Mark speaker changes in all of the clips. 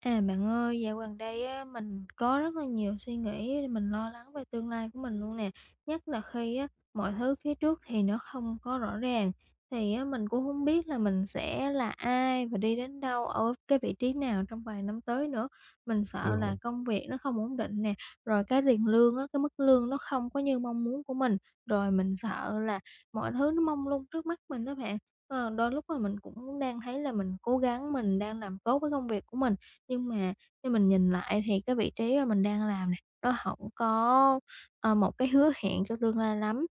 Speaker 1: À, bạn ơi, dạo gần đây á, mình có rất là nhiều suy nghĩ, mình lo lắng về tương lai của mình luôn nè. Nhất là khi á, mọi thứ phía trước thì nó không có rõ ràng, thì á, mình cũng không biết là mình sẽ là ai và đi đến đâu, ở cái vị trí nào trong vài năm tới nữa. Mình sợ là
Speaker 2: Rồi,
Speaker 1: công việc nó không ổn định nè, rồi cái tiền lương á, cái mức lương nó không có như mong muốn của mình, rồi mình sợ là mọi thứ nó mông lung trước mắt mình đó bạn. Đôi lúc mà mình cũng đang thấy là mình cố gắng, mình đang làm tốt với công việc của mình, nhưng mà khi mình nhìn lại thì cái vị trí mà mình đang làm nè, nó hổng có một cái hứa hẹn cho tương lai lắm.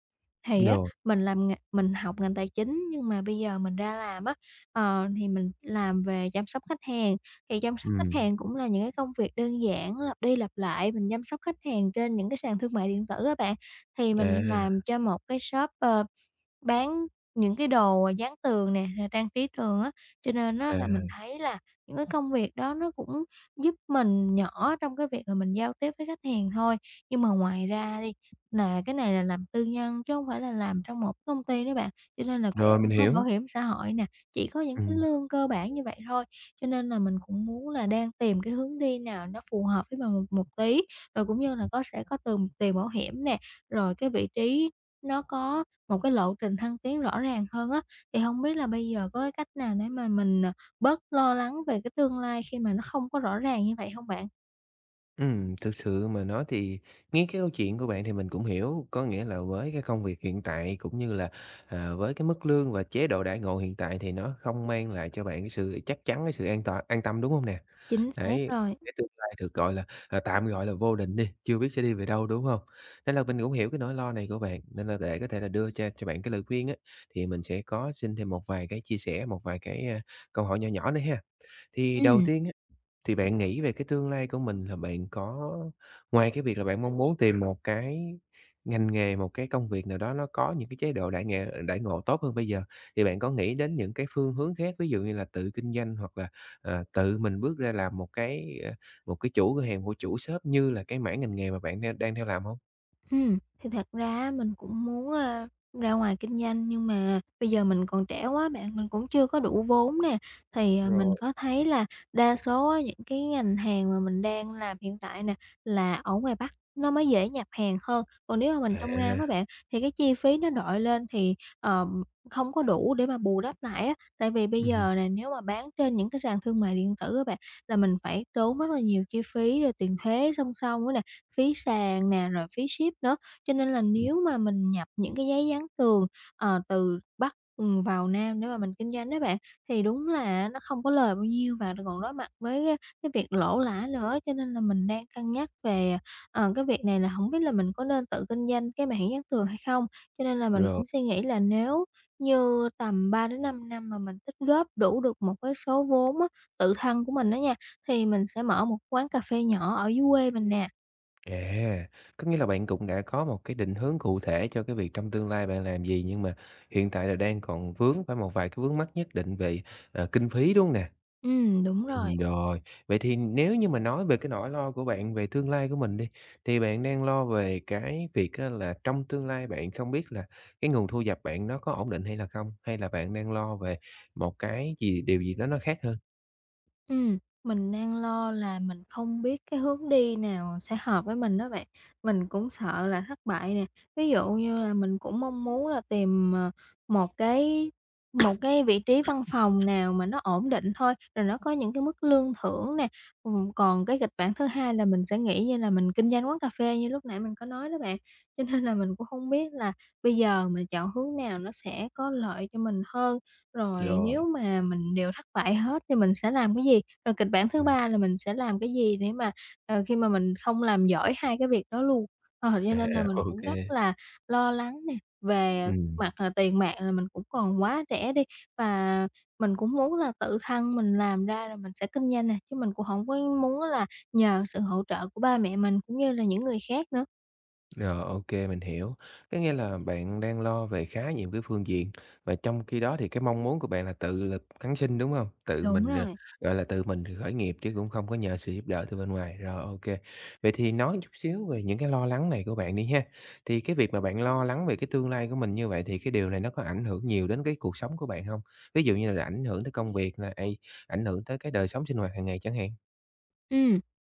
Speaker 1: Thì á,
Speaker 2: rồi,
Speaker 1: mình học ngành tài chính nhưng mà bây giờ mình ra làm á, thì mình làm về chăm sóc khách hàng. Thì chăm sóc khách
Speaker 2: ừm,
Speaker 1: hàng cũng là những cái công việc đơn giản lặp đi lặp lại, mình chăm sóc khách hàng trên những cái sàn thương mại điện tử á bạn. Thì mình
Speaker 2: à,
Speaker 1: làm cho một cái shop, bán những cái đồ, dán tường nè, rồi trang trí tường á, cho nên á là mình
Speaker 2: à,
Speaker 1: thấy là những cái công việc đó nó cũng giúp mình nhỏ trong cái việc là mình giao tiếp với khách hàng thôi. Nhưng mà ngoài ra đi, là cái này là làm tư nhân chứ không phải là làm trong một công ty đó bạn, cho nên là cũng
Speaker 2: rồi, mình
Speaker 1: không có bảo
Speaker 2: hiểu.
Speaker 1: hiểm xã hội nè, chỉ có những cái
Speaker 2: Ừm,
Speaker 1: lương cơ bản như vậy thôi. Cho nên là mình cũng muốn là đang tìm cái hướng đi nào nó phù hợp với mình một một tí, rồi cũng như là
Speaker 2: ừm,
Speaker 1: sẽ có tùm tiền bảo hiểm nè, rồi cái vị trí nó có một cái lộ trình thăng tiến rõ ràng hơn á, thì hông biết là bây giờ có cái cách nào để mà mình, bớt lo lắng về cái tương lai khi mà nó không có rõ ràng như vậy hông bạn?
Speaker 2: thực sự mà nói thì nghe cái câu chuyện của bạn thì mình cũng hiểu, có nghĩa là với cái công việc hiện tại cũng như là, với cái mức lương và chế độ đãi ngộ hiện tại thì nó không mang lại cho bạn cái sự chắc chắn, cái sự an toàn an tâm, đúng hông nè?
Speaker 1: Chính xác
Speaker 2: Đấy,
Speaker 1: rồi.
Speaker 2: để tương lai được, gọi là, tạm gọi là vô định đi, chưa biết sẽ đi về đâu, đúng không? Nên là mình cũng hiểu cái nỗi lo này của bạn, nên là để có thể là đưa cho bạn cái lời khuyên á, thì mình sẽ có xin thêm một vài cái chia sẻ, một vài cái, câu hỏi nhỏ nhỏ nữa ha. Thì đầu
Speaker 1: Ừm.
Speaker 2: tiên á thì bạn nghĩ về cái tương lai của mình là bạn có ngoài cái việc là bạn mong muốn tìm một cái ngành nghề, một cái công việc nào đó nó có những cái chế độ đãi ngộ tốt hơn bây giờ, thì bạn có nghĩ đến những cái phương hướng khác, ví dụ như là tự kinh doanh hoặc là, tự mình bước ra làm một cái, một cái chủ cửa hàng, một chủ shop như là cái mảng ngành nghề mà bạn đang đang theo làm không.
Speaker 1: Thì thật ra á mình cũng muốn, ra ngoài kinh doanh nhưng mà bây giờ mình còn trẻ quá bạn, mình cũng chưa có đủ vốn nè. Thì, mình
Speaker 2: Rồi.
Speaker 1: có thấy là đa số á những cái ngành hàng mà mình đang làm hiện tại nè, là ở ngoài Bắc nó mới dễ nhập hàng hơn, còn nếu mà mình trong Nam á
Speaker 2: À,
Speaker 1: bạn, thì cái chi phí nó đội lên thì, ờ, không có đủ để mà bù đắp lại á. Tại vì bây
Speaker 2: ừm,
Speaker 1: giờ nè, nếu mà bán trên những cái sàn thương mại điện tử á bạn, là mình phải tốn rất là nhiều chi phí rồi tiền thuế song song nữa nè, phí sàn nè, rồi phí ship nữa. Cho nên là
Speaker 2: ừm,
Speaker 1: nếu mà mình nhập những cái giấy dán tường, từ Bắc, vào Nam để mà mình kinh doanh á bạn, thì đúng là nó không có lời bao nhiêu và còn đối mặt với, cái việc lỗ lã nữa. Cho nên là mình đang cân nhắc về, cái việc này là không biết là mình có nên tự kinh doanh cái mảng dán tường hay không? Cho nên là mình
Speaker 2: rồi.
Speaker 1: cũng suy nghĩ là nếu như tầm 3-5 năm mà mình tích góp đủ được một cái số vốn á, tự thân của mình á nha, thì mình sẽ mở một quán cà phê nhỏ ở dưới quê mình nè.
Speaker 2: À, có nghĩa là bạn cũng đã có một cái định hướng cụ thể cho cái việc trong tương lai bạn làm gì, nhưng mà hiện tại là đang còn vướng phải một vài cái vướng mắc nhất định về, kinh phí, đúng hông nè?
Speaker 1: Đúng rồi.
Speaker 2: Rồi, vậy thì nếu như mà nói về cái nỗi lo của bạn về tương lai của mình đi, thì bạn đang lo về cái việc á là trong tương lai bạn không biết là cái nguồn thu nhập bạn nó có ổn định hay là không? Hay là bạn đang lo về một cái gì điều gì đó nó khác hơn?
Speaker 1: Ừm, mình đang lo là mình không biết cái hướng đi nào sẽ hợp với mình đó bạn. Mình cũng sợ là thất bại nè. Ví dụ như là mình cũng mong muốn là tìm, một cái một cái vị trí văn phòng nào mà nó ổn định thôi, rồi nó có những cái mức lương thưởng nè. Còn cái kịch bản thứ hai là mình sẽ nghĩ như là mình kinh doanh quán cà phê như lúc nãy mình có nói đó bạn. Cho nên là mình cũng không biết là bây giờ mình chọn hướng nào nó sẽ có lợi cho mình hơn. Rồi
Speaker 2: Rồi,
Speaker 1: nếu mà mình đều thất bại hết thì mình sẽ làm cái gì? Rồi kịch bản thứ
Speaker 2: ừm,
Speaker 1: ba là mình sẽ làm cái gì để mà, khi mà mình không làm giỏi hai cái việc đó luôn? Cho nên là
Speaker 2: à,
Speaker 1: mình
Speaker 2: ô
Speaker 1: cũng
Speaker 2: kê.
Speaker 1: rất là lo lắng nè, về mặt là tiền bạc là mình cũng còn quá trẻ đi, và mình cũng muốn là tự thân mình làm ra rồi mình sẽ kinh doanh nè, chứ mình cũng không có muốn là nhờ sự hỗ trợ của ba mẹ mình cũng như là những người khác nữa.
Speaker 2: Rồi, ok, mình hiểu. Có nghĩa là bạn đang lo về khá nhiều cái phương diện, và trong khi đó thì cái mong muốn của bạn là tự lực cánh sinh, đúng không? Tự
Speaker 1: Đúng
Speaker 2: mình,
Speaker 1: rồi.
Speaker 2: gọi là, tự mình khởi nghiệp chứ cũng không có nhờ sự giúp đỡ từ bên ngoài. Rồi, ok. Vậy thì nói chút xíu về những cái lo lắng này của bạn đi ha. Thì cái việc mà bạn lo lắng về cái tương lai của mình như vậy thì cái điều này nó có ảnh hưởng nhiều đến cái cuộc sống của bạn không? Ví dụ như là ảnh hưởng tới công việc là ây, ảnh hưởng tới cái đời sống sinh hoạt hàng ngày chẳng hạn?
Speaker 1: Ừ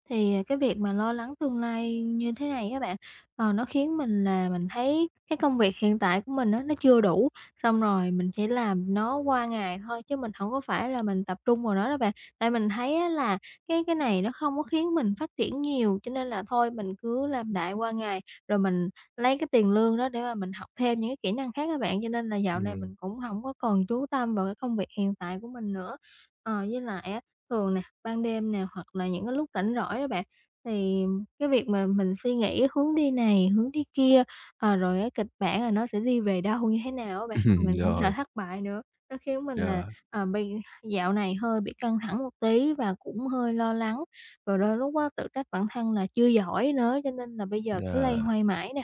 Speaker 1: thì, cái việc mà lo lắng tương lai như thế này các bạn, nó khiến mình là mình thấy cái công việc hiện tại của mình á, nó chưa đủ, xong rồi mình chỉ làm nó qua ngày thôi chứ mình không có phải là mình tập trung vào nó đó bạn. Tại mình thấy á là cái này nó không có khiến mình phát triển nhiều, cho nên là thôi mình cứ làm đại qua ngày, rồi mình lấy cái tiền lương đó để mà mình học thêm những cái kỹ năng khác các bạn. Cho nên là dạo này
Speaker 2: Ừm,
Speaker 1: mình cũng không có còn chú tâm vào cái công việc hiện tại của mình nữa. Với lại á, thường ban đêm nè, hoặc là những cái lúc rảnh rỗi á bạn, thì cái việc mà mình suy nghĩ hướng đi này, hướng đi kia, rồi cái kịch bản là nó sẽ đi về đâu, như thế nào á bạn, mình cũng sợ
Speaker 2: rồi,
Speaker 1: thất bại nữa. Nó khiến mình là,
Speaker 2: rồi,
Speaker 1: bị dạo này hơi bị căng thẳng một tí và cũng hơi lo lắng, rồi đôi lúc á tự trách bản thân là chưa giỏi nữa, cho nên là bây giờ cứ loay
Speaker 2: ờ.
Speaker 1: hoay mãi nè.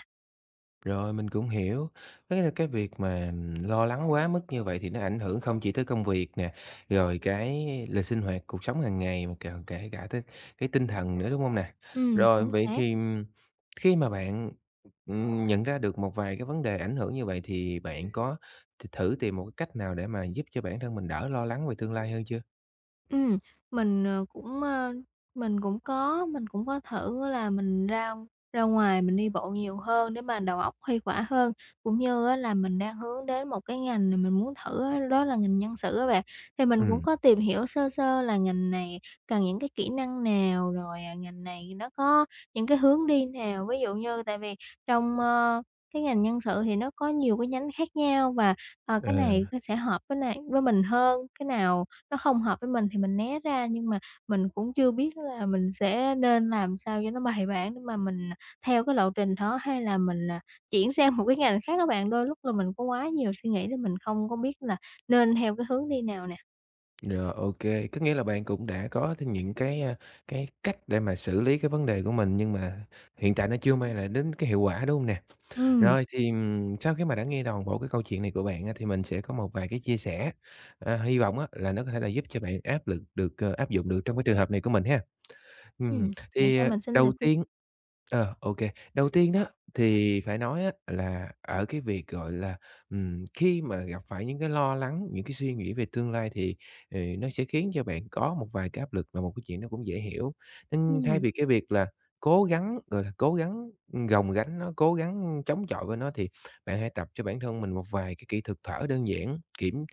Speaker 2: Rồi, mình cũng hiểu. Cái là cái việc mà, lo lắng quá mức như vậy thì nó ảnh hưởng không chỉ tới công việc nè, rồi cái lịch sinh hoạt, cuộc sống hàng ngày mà còn kể cả tới cái tinh thần nữa, đúng không nè? Rồi,
Speaker 1: Chính
Speaker 2: vậy
Speaker 1: xác.
Speaker 2: thì, khi mà bạn, nhận ra được một vài cái vấn đề ảnh hưởng như vậy thì bạn có thử tìm một cái cách nào để mà giúp cho bản thân mình đỡ lo lắng về tương lai hơn chưa?
Speaker 1: Ừm, mình, ờ, cũng, ơ, mình cũng có thử là mình ra ra ngoài mình đi bộ nhiều hơn để mà đầu óc khuây khỏa hơn, cũng như á là mình đang hướng đến một cái ngành mà mình muốn thử á, đó là ngành nhân sự á bạn. Thì mình cũng
Speaker 2: Ừm.
Speaker 1: có tìm hiểu sơ sơ là ngành này cần những cái kỹ năng nào, rồi, ngành này nó có những cái hướng đi nào. Ví dụ như tại vì trong, cái ngành nhân sự thì nó có nhiều cái nhánh khác nhau và, cái này
Speaker 2: Ờ.
Speaker 1: sẽ hợp với này với mình hơn, cái nào nó không hợp với mình thì mình né ra, nhưng mà mình cũng chưa biết là mình sẽ nên làm sao cho nó bài bản để mà mình theo cái lộ trình đó, hay là mình, chuyển sang một cái ngành khác các bạn. Đôi lúc là mình có quá nhiều suy nghĩ nên mình không có biết là nên theo cái hướng đi nào nè.
Speaker 2: Rồi, ok. Có nghĩa là bạn cũng đã có thêm những cái, cái cách để mà xử lý cái vấn đề của mình, nhưng mà hiện tại nó chưa mang lại đến cái hiệu quả, đúng không nè?
Speaker 1: Ừm,
Speaker 2: Rồi thì, sau khi mà đã nghe toàn bộ cái câu chuyện này của bạn á, thì mình sẽ có một vài cái chia sẻ, hy vọng á là nó có thể là giúp cho bạn áp dụng được trong cái trường hợp này của mình ha. Ừm,
Speaker 1: bạn
Speaker 2: thì,
Speaker 1: cho
Speaker 2: ờ,
Speaker 1: mình xin lời
Speaker 2: đầu
Speaker 1: khuyên.
Speaker 2: tiên Ờ, OK Đầu tiên đó, thì phải nói á là ở cái việc, gọi là, khi mà gặp phải những cái lo lắng, những cái suy nghĩ về tương lai thì, nó sẽ khiến cho bạn có một vài cái áp lực và một cái chuyện nó cũng dễ hiểu. Nên thay
Speaker 1: ừm,
Speaker 2: vì cái việc là cố gắng, gọi là, cố gắng, gồng gánh nó, cố gắng chống chọi với nó thì bạn hãy tập cho bản thân mình một vài cái kỹ thuật thở đơn giản,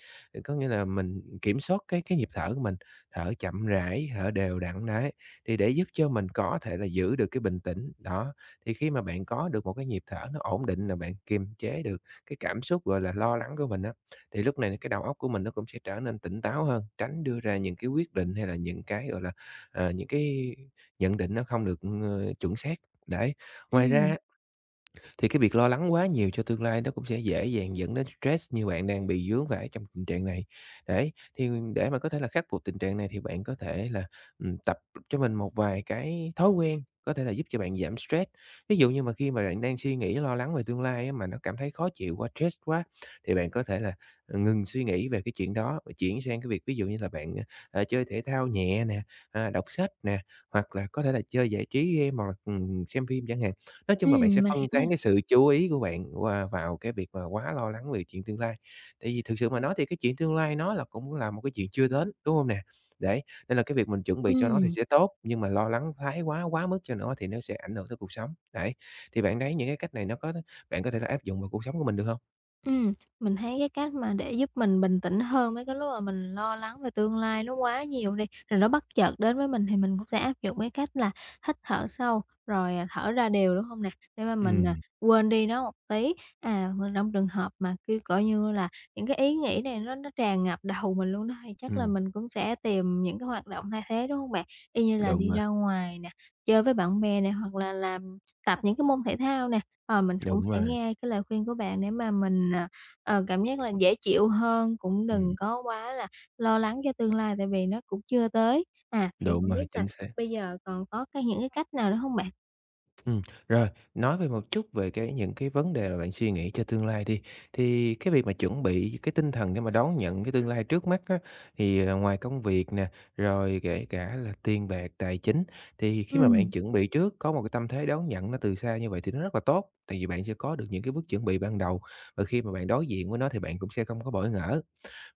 Speaker 2: có nghĩa là mình kiểm soát cái nhịp thở của mình, thở chậm rãi, thở đều đặn đấy thì để giúp cho mình có thể là giữ được cái bình tĩnh. Đó, thì khi mà bạn có được một cái nhịp thở nó ổn định là bạn kiềm chế được cái cảm xúc, gọi là, lo lắng của mình á, thì lúc này cái đầu óc của mình nó cũng sẽ trở nên tỉnh táo hơn, tránh đưa ra những cái quyết định hay là những cái, gọi là, những cái nhận định nó không được, chuẩn xác. Đấy, ngoài
Speaker 1: ừm,
Speaker 2: ra thì cái việc lo lắng quá nhiều cho tương lai nó cũng sẽ dễ dàng dẫn đến stress như bạn đang bị vướng phải trong tình trạng này. Đấy, thì để mà có thể là khắc phục tình trạng này thì bạn có thể là, tập cho mình một vài cái thói quen có thể là giúp cho bạn giảm stress. Ví dụ như mà khi mà bạn đang suy nghĩ lo lắng về tương lai á, mà nó cảm thấy khó chịu quá, stress quá, thì bạn có thể là, ngừng suy nghĩ về cái chuyện đó và chuyển sang cái việc ví dụ như là bạn, chơi thể thao nhẹ nè, đọc sách nè, hoặc là có thể là chơi giải trí game hoặc là, xem phim chẳng hạn. Nói chung là bạn sẽ
Speaker 1: mình
Speaker 2: phân
Speaker 1: hiểu nè.
Speaker 2: tán cái sự chú ý của bạn qua vào cái việc mà quá lo lắng về chuyện tương lai. Tại vì thực sự mà nói thì cái chuyện tương lai nó là cũng là một cái chuyện chưa đến, đúng hông nè? Đấy, nên là cái việc mình chuẩn bị cho nó thì
Speaker 1: Ừm.
Speaker 2: sẽ tốt, nhưng mà lo lắng thái quá, quá mức cho nó thì nó sẽ ảnh hưởng tới cuộc sống. Đấy, thì bạn thấy những cái cách này nó có bạn có thể là áp dụng vào cuộc sống của mình được hông?
Speaker 1: Ừm, mình thấy cái cách mà để giúp mình bình tĩnh hơn mấy cái lúc mà mình lo lắng về tương lai nó quá nhiều đi, rồi nó bất chợt đến với mình thì mình cũng sẽ áp dụng cái cách là hít thở sâu, rồi, thở ra đều, đúng không nè? Để mà mình,
Speaker 2: Ừm,
Speaker 1: quên đi nó một tí. À, mà trong trường hợp mà, kiểu, coi như là, những cái ý nghĩ này nó tràn ngập đầu mình luôn đó, thì chắc là
Speaker 2: ừm,
Speaker 1: mình cũng sẽ tìm những cái hoạt động thay thế, đúng không bạn? Y như là
Speaker 2: đúng
Speaker 1: đi
Speaker 2: rồi,
Speaker 1: ra ngoài nè, chơi với bạn bè nè, hoặc là tập những cái môn thể thao nè. Mình cũng
Speaker 2: đúng
Speaker 1: sẽ
Speaker 2: rồi,
Speaker 1: nghe cái lời khuyên của bạn để mà mình, cảm giác là dễ chịu hơn, cũng
Speaker 2: ừm,
Speaker 1: đừng có quá là lo lắng cho tương lai tại vì nó cũng chưa tới. À, thì
Speaker 2: đúng
Speaker 1: không
Speaker 2: rồi,
Speaker 1: biết là
Speaker 2: chính xác.
Speaker 1: bây giờ còn có cái những cái cách nào nữa không bạn?
Speaker 2: Ừ, rồi, nói về một chút về cái những cái vấn đề mà bạn suy nghĩ cho tương lai đi. Thì cái việc mà chuẩn bị cái tinh thần để mà đón nhận cái tương lai trước mắt á, thì, ngoài công việc nè, rồi kể cả là tiền bạc, tài chính, thì khi mà bạn
Speaker 1: Ừm,
Speaker 2: chuẩn bị trước, có một cái tâm thế đón nhận nó từ xa như vậy thì nó rất là tốt, tại vì bạn sẽ có được những cái bước chuẩn bị ban đầu, và khi mà bạn đối diện với nó thì bạn cũng sẽ không có bỡ ngỡ.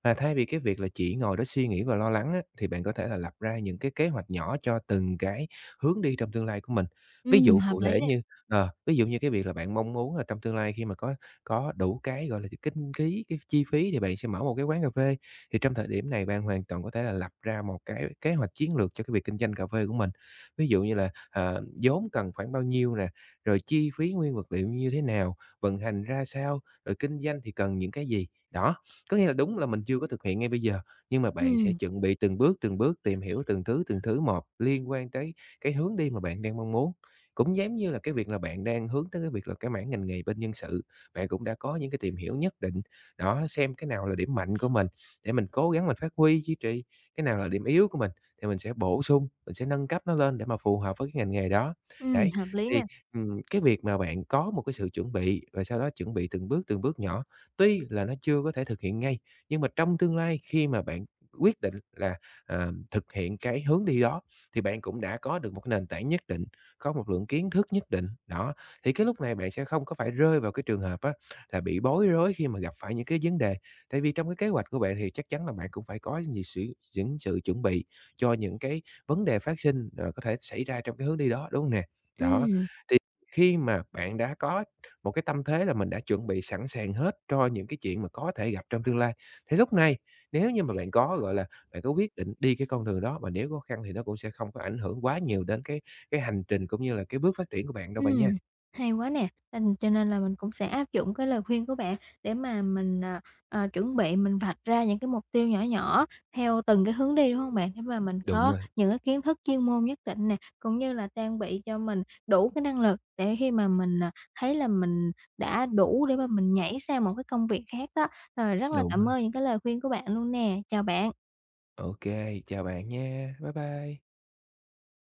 Speaker 2: Và thay vì cái việc là chỉ ngồi đó suy nghĩ và lo lắng á, thì bạn có thể là lập ra những cái kế hoạch nhỏ cho từng cái hướng đi trong tương lai của mình. Ví dụ
Speaker 1: hợp
Speaker 2: cụ
Speaker 1: lý
Speaker 2: thể
Speaker 1: nè.
Speaker 2: như ví dụ như cái việc là bạn mong muốn là trong tương lai khi mà có đủ cái, gọi là, cái kinh phí, cái chi phí thì bạn sẽ mở một cái quán cà phê, thì trong thời điểm này bạn hoàn toàn có thể là lập ra một cái kế hoạch chiến lược cho cái việc kinh doanh cà phê của mình. Ví dụ như là, vốn cần khoảng bao nhiêu nè, rồi chi phí nguyên vật liệu như thế nào, vận hành ra sao, rồi kinh doanh thì cần những cái gì. Đó, có nghĩa là đúng là mình chưa có thực hiện ngay bây giờ, nhưng mà bạn sẽ
Speaker 1: Ừm,
Speaker 2: chuẩn bị từng bước, tìm hiểu từng thứ một liên quan tới cái hướng đi mà bạn đang mong muốn. Cũng giống như là cái việc là bạn đang hướng tới cái việc là cái mảng ngành nghề bên nhân sự, bạn cũng đã có những cái tìm hiểu nhất định, đó, xem cái nào là điểm mạnh của mình để mình cố gắng mình phát huy, duy trì, cái nào là điểm yếu của mình thì mình sẽ bổ sung, mình sẽ nâng cấp nó lên để mà phù hợp với cái ngành nghề đó. Đấy,
Speaker 1: hợp lý
Speaker 2: thì,
Speaker 1: nè.
Speaker 2: cái việc mà bạn có một cái sự chuẩn bị và sau đó chuẩn bị từng bước nhỏ. Tuy là nó chưa có thể thực hiện ngay, nhưng mà trong tương lai khi mà bạn quyết định là, thực hiện cái hướng đi đó, thì bạn cũng đã có được một nền tảng nhất định, có một lượng kiến thức nhất định. Đó, thì cái lúc này bạn sẽ không có phải rơi vào cái trường hợp á là bị bối rối khi mà gặp phải những cái vấn đề. Tại vì trong cái kế hoạch của bạn thì chắc chắn là bạn cũng phải có những sự chuẩn bị cho những cái vấn đề phát sinh, có thể xảy ra trong cái hướng đi đó, đúng hông nè? Đó,
Speaker 1: Ừm.
Speaker 2: thì khi mà bạn đã có một cái tâm thế là mình đã chuẩn bị sẵn sàng hết cho những cái chuyện mà có thể gặp trong tương lai. Thì lúc này nếu như mà bạn có, gọi là, bạn có quyết định đi cái con đường đó mà nếu khó khăn thì nó cũng sẽ không có ảnh hưởng quá nhiều đến cái hành trình cũng như là cái bước phát triển của bạn đâu bạn nha.
Speaker 1: Ừm, hay quá nè, cho nên là mình cũng sẽ áp dụng cái lời khuyên của bạn để mà mình, chuẩn bị mình vạch ra những cái mục tiêu nhỏ nhỏ theo từng cái hướng đi, đúng không bạn? Để mà mình
Speaker 2: Đúng
Speaker 1: có
Speaker 2: rồi,
Speaker 1: những cái kiến thức chuyên môn nhất định nè, cũng như là trang bị cho mình đủ cái năng lực để khi mà mình, thấy là mình đã đủ để mà mình nhảy sang một cái công việc khác đó. Rồi rất là
Speaker 2: đúng
Speaker 1: cảm
Speaker 2: rồi.
Speaker 1: ơn những cái lời khuyên của bạn luôn nè, chào bạn.
Speaker 2: Ok, chào bạn nha. Bye bye.